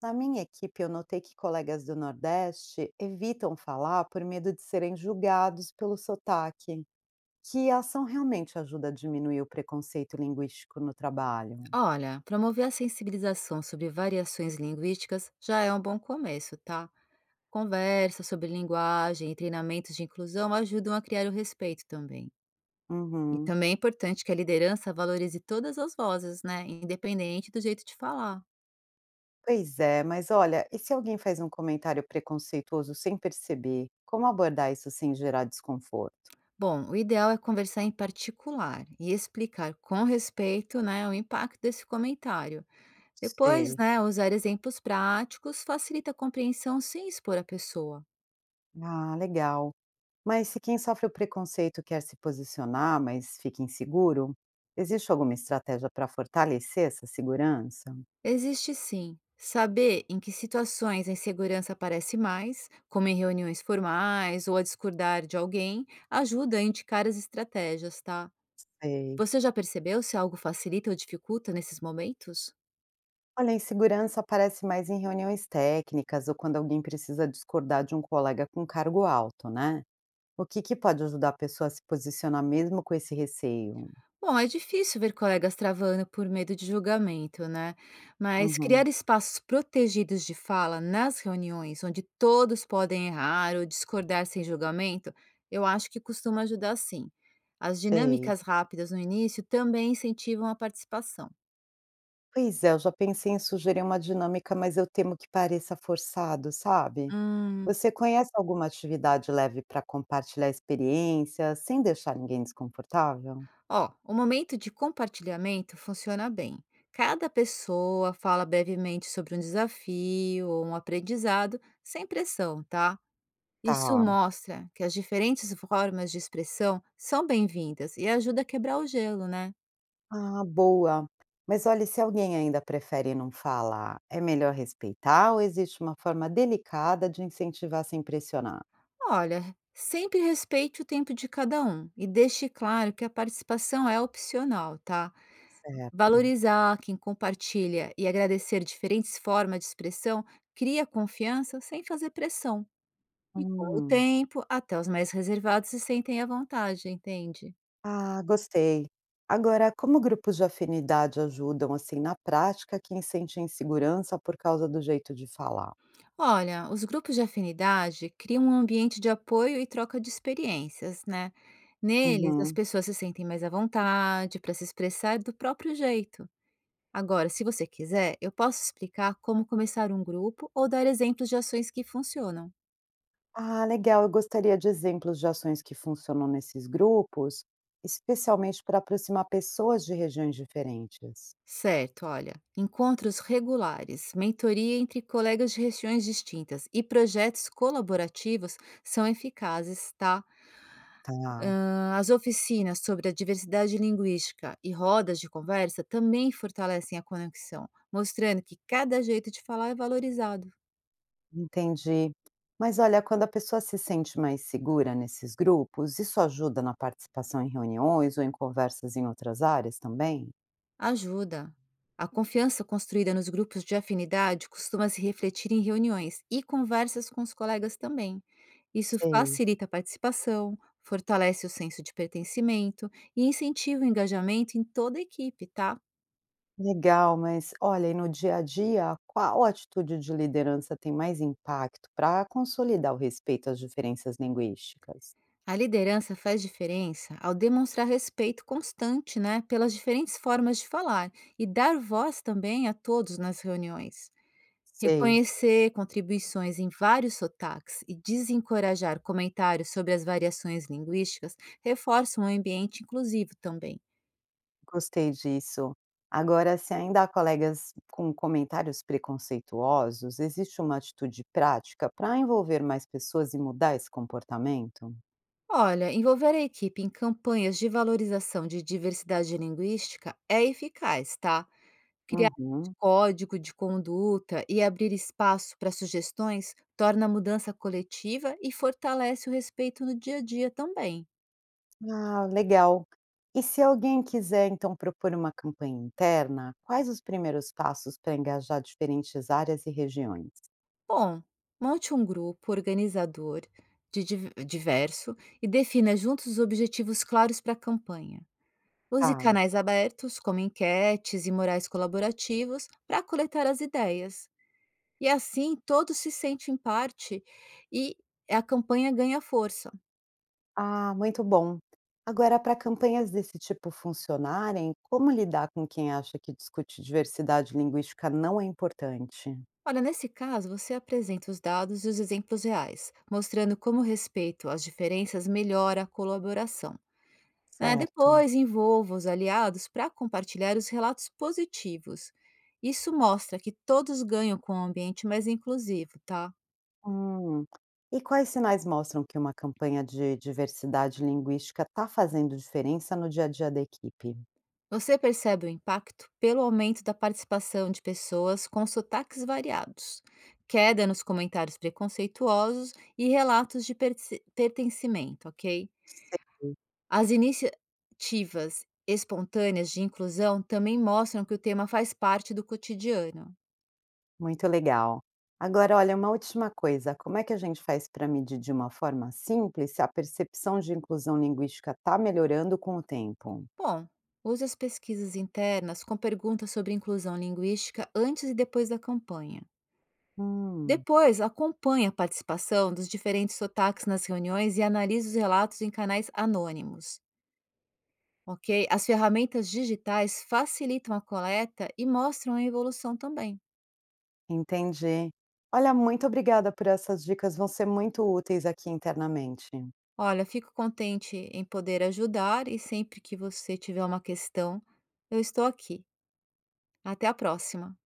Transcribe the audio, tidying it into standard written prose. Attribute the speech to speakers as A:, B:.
A: Na minha equipe, eu notei que colegas do Nordeste evitam falar por medo de serem julgados pelo sotaque. Que ação realmente ajuda a diminuir o preconceito linguístico no trabalho?
B: Olha, promover a sensibilização sobre variações linguísticas já é um bom começo, tá? Conversa sobre linguagem e treinamentos de inclusão ajudam a criar o respeito também. E
A: Uhum.
B: também é importante que a liderança valorize todas as vozes, né? Independente do jeito de falar.
A: Pois é, mas olha, e se alguém faz um comentário preconceituoso sem perceber, como abordar isso sem gerar desconforto?
B: Bom, o ideal é conversar em particular e explicar com respeito, né, o impacto desse comentário. Depois,
A: Sei.
B: né, usar exemplos práticos facilita a compreensão sem expor a pessoa.
A: Ah, legal. Mas se quem sofre o preconceito quer se posicionar, mas fica inseguro, existe alguma estratégia para fortalecer essa segurança?
B: Existe sim. Saber em que situações a insegurança aparece mais, como em reuniões formais ou a discordar de alguém, ajuda a indicar as estratégias, tá?
A: Sei.
B: Você já percebeu se algo facilita ou dificulta nesses momentos?
A: Olha, a insegurança aparece mais em reuniões técnicas ou quando alguém precisa discordar de um colega com cargo alto, né? O que que pode ajudar a pessoa a se posicionar mesmo com esse receio?
B: Bom, é difícil ver colegas travando por medo de julgamento, né? Mas
A: Uhum,
B: criar espaços protegidos de fala nas reuniões, onde todos podem errar ou discordar sem julgamento, eu acho que costuma ajudar sim. As
A: sei.
B: dinâmicas rápidas no início também incentivam a participação.
A: Pois é, eu já pensei em sugerir uma dinâmica, mas eu temo que pareça forçado, sabe?
B: Hum,
A: Você conhece alguma atividade leve para compartilhar experiências sem deixar ninguém desconfortável?
B: ó, o momento de compartilhamento funciona bem. Cada pessoa fala brevemente sobre um desafio ou um aprendizado, sem pressão, tá? Isso
A: Tá.
B: mostra que as diferentes formas de expressão são bem-vindas e ajuda a quebrar o gelo, né?
A: Ah, boa. Mas olha, se alguém ainda prefere não falar, é melhor respeitar ou existe uma forma delicada de incentivar sem pressionar?
B: Olha, sempre respeite o tempo de cada um e deixe claro que a participação é opcional, tá?
A: Certo.
B: Valorizar quem compartilha e agradecer diferentes formas de expressão cria confiança sem fazer pressão. E com o
A: Hum,
B: tempo, até os mais reservados se sentem à vontade, entende?
A: ah, gostei. Agora, como grupos de afinidade ajudam, assim, na prática, quem sente insegurança por causa do jeito de falar?
B: Olha, os grupos de afinidade criam um ambiente de apoio e troca de experiências, né? Neles, as
A: Uhum.
B: pessoas se sentem mais à vontade para se expressar do próprio jeito. Agora, se você quiser, eu posso explicar como começar um grupo ou dar exemplos de ações que funcionam.
A: Ah, legal. Eu gostaria de exemplos de ações que funcionam nesses grupos, especialmente para aproximar pessoas de regiões diferentes.
B: Certo, olha, encontros regulares, mentoria entre colegas de regiões distintas e projetos colaborativos são eficazes, tá?
A: Tá.
B: Ah, as oficinas sobre a diversidade linguística e rodas de conversa também fortalecem a conexão, mostrando que cada jeito de falar é valorizado.
A: Entendi. Mas olha, quando a pessoa se sente mais segura nesses grupos, isso ajuda na participação em reuniões ou em conversas em outras áreas também?
B: Ajuda. A confiança construída nos grupos de afinidade costuma se refletir em reuniões e conversas com os colegas também. Isso
A: Sei.
B: facilita a participação, fortalece o senso de pertencimento e incentiva o engajamento em toda a equipe, tá?
A: Legal, mas olha, e no dia a dia, qual atitude de liderança tem mais impacto para consolidar o respeito às diferenças linguísticas?
B: A liderança faz diferença ao demonstrar respeito constante, né, pelas diferentes formas de falar e dar voz também a todos nas reuniões.
A: Sei.
B: Reconhecer contribuições em vários sotaques e desencorajar comentários sobre as variações linguísticas reforça um ambiente inclusivo também.
A: Gostei disso. Agora, se ainda há colegas com comentários preconceituosos, existe uma atitude prática para envolver mais pessoas e mudar esse comportamento?
B: Olha, envolver a equipe em campanhas de valorização de diversidade linguística é eficaz, tá? Criar
A: Uhum.
B: código de conduta e abrir espaço para sugestões torna a mudança coletiva e fortalece o respeito no dia a dia também.
A: Ah, legal. E se alguém quiser, então, propor uma campanha interna, quais os primeiros passos para engajar diferentes áreas e regiões?
B: Bom, monte um grupo organizador de diverso e defina juntos os objetivos claros para a campanha. Use
A: Tá.
B: canais abertos, como enquetes e morais colaborativos, para coletar as ideias. E assim todos se sentem parte e a campanha ganha força.
A: Ah, muito bom. Agora, para campanhas desse tipo funcionarem, como lidar com quem acha que discutir diversidade linguística não é importante?
B: Olha, nesse caso, você apresenta os dados e os exemplos reais, mostrando como o respeito às diferenças melhora a colaboração, né?
A: Certo.
B: Depois, envolva os aliados para compartilhar os relatos positivos. Isso mostra que todos ganham com um ambiente mais inclusivo, tá?
A: Hum. E quais sinais mostram que uma campanha de diversidade linguística está fazendo diferença no dia a dia da equipe?
B: Você percebe o impacto pelo aumento da participação de pessoas com sotaques variados, queda nos comentários preconceituosos e relatos de pertencimento, ok?
A: Sei.
B: As iniciativas espontâneas de inclusão também mostram que o tema faz parte do cotidiano.
A: Muito legal. Agora, olha, uma última coisa: como é que a gente faz para medir de uma forma simples se a percepção de inclusão linguística está melhorando com o tempo?
B: Bom, use as pesquisas internas com perguntas sobre inclusão linguística antes e depois da campanha.
A: Hum,
B: Depois, acompanhe a participação dos diferentes sotaques nas reuniões e analise os relatos em canais anônimos. Ok? As ferramentas digitais facilitam a coleta e mostram a evolução também.
A: entendi. Olha, muito obrigada por essas dicas, vão ser muito úteis aqui internamente.
B: Olha, fico contente em poder ajudar e sempre que você tiver uma questão, eu estou aqui. Até a próxima.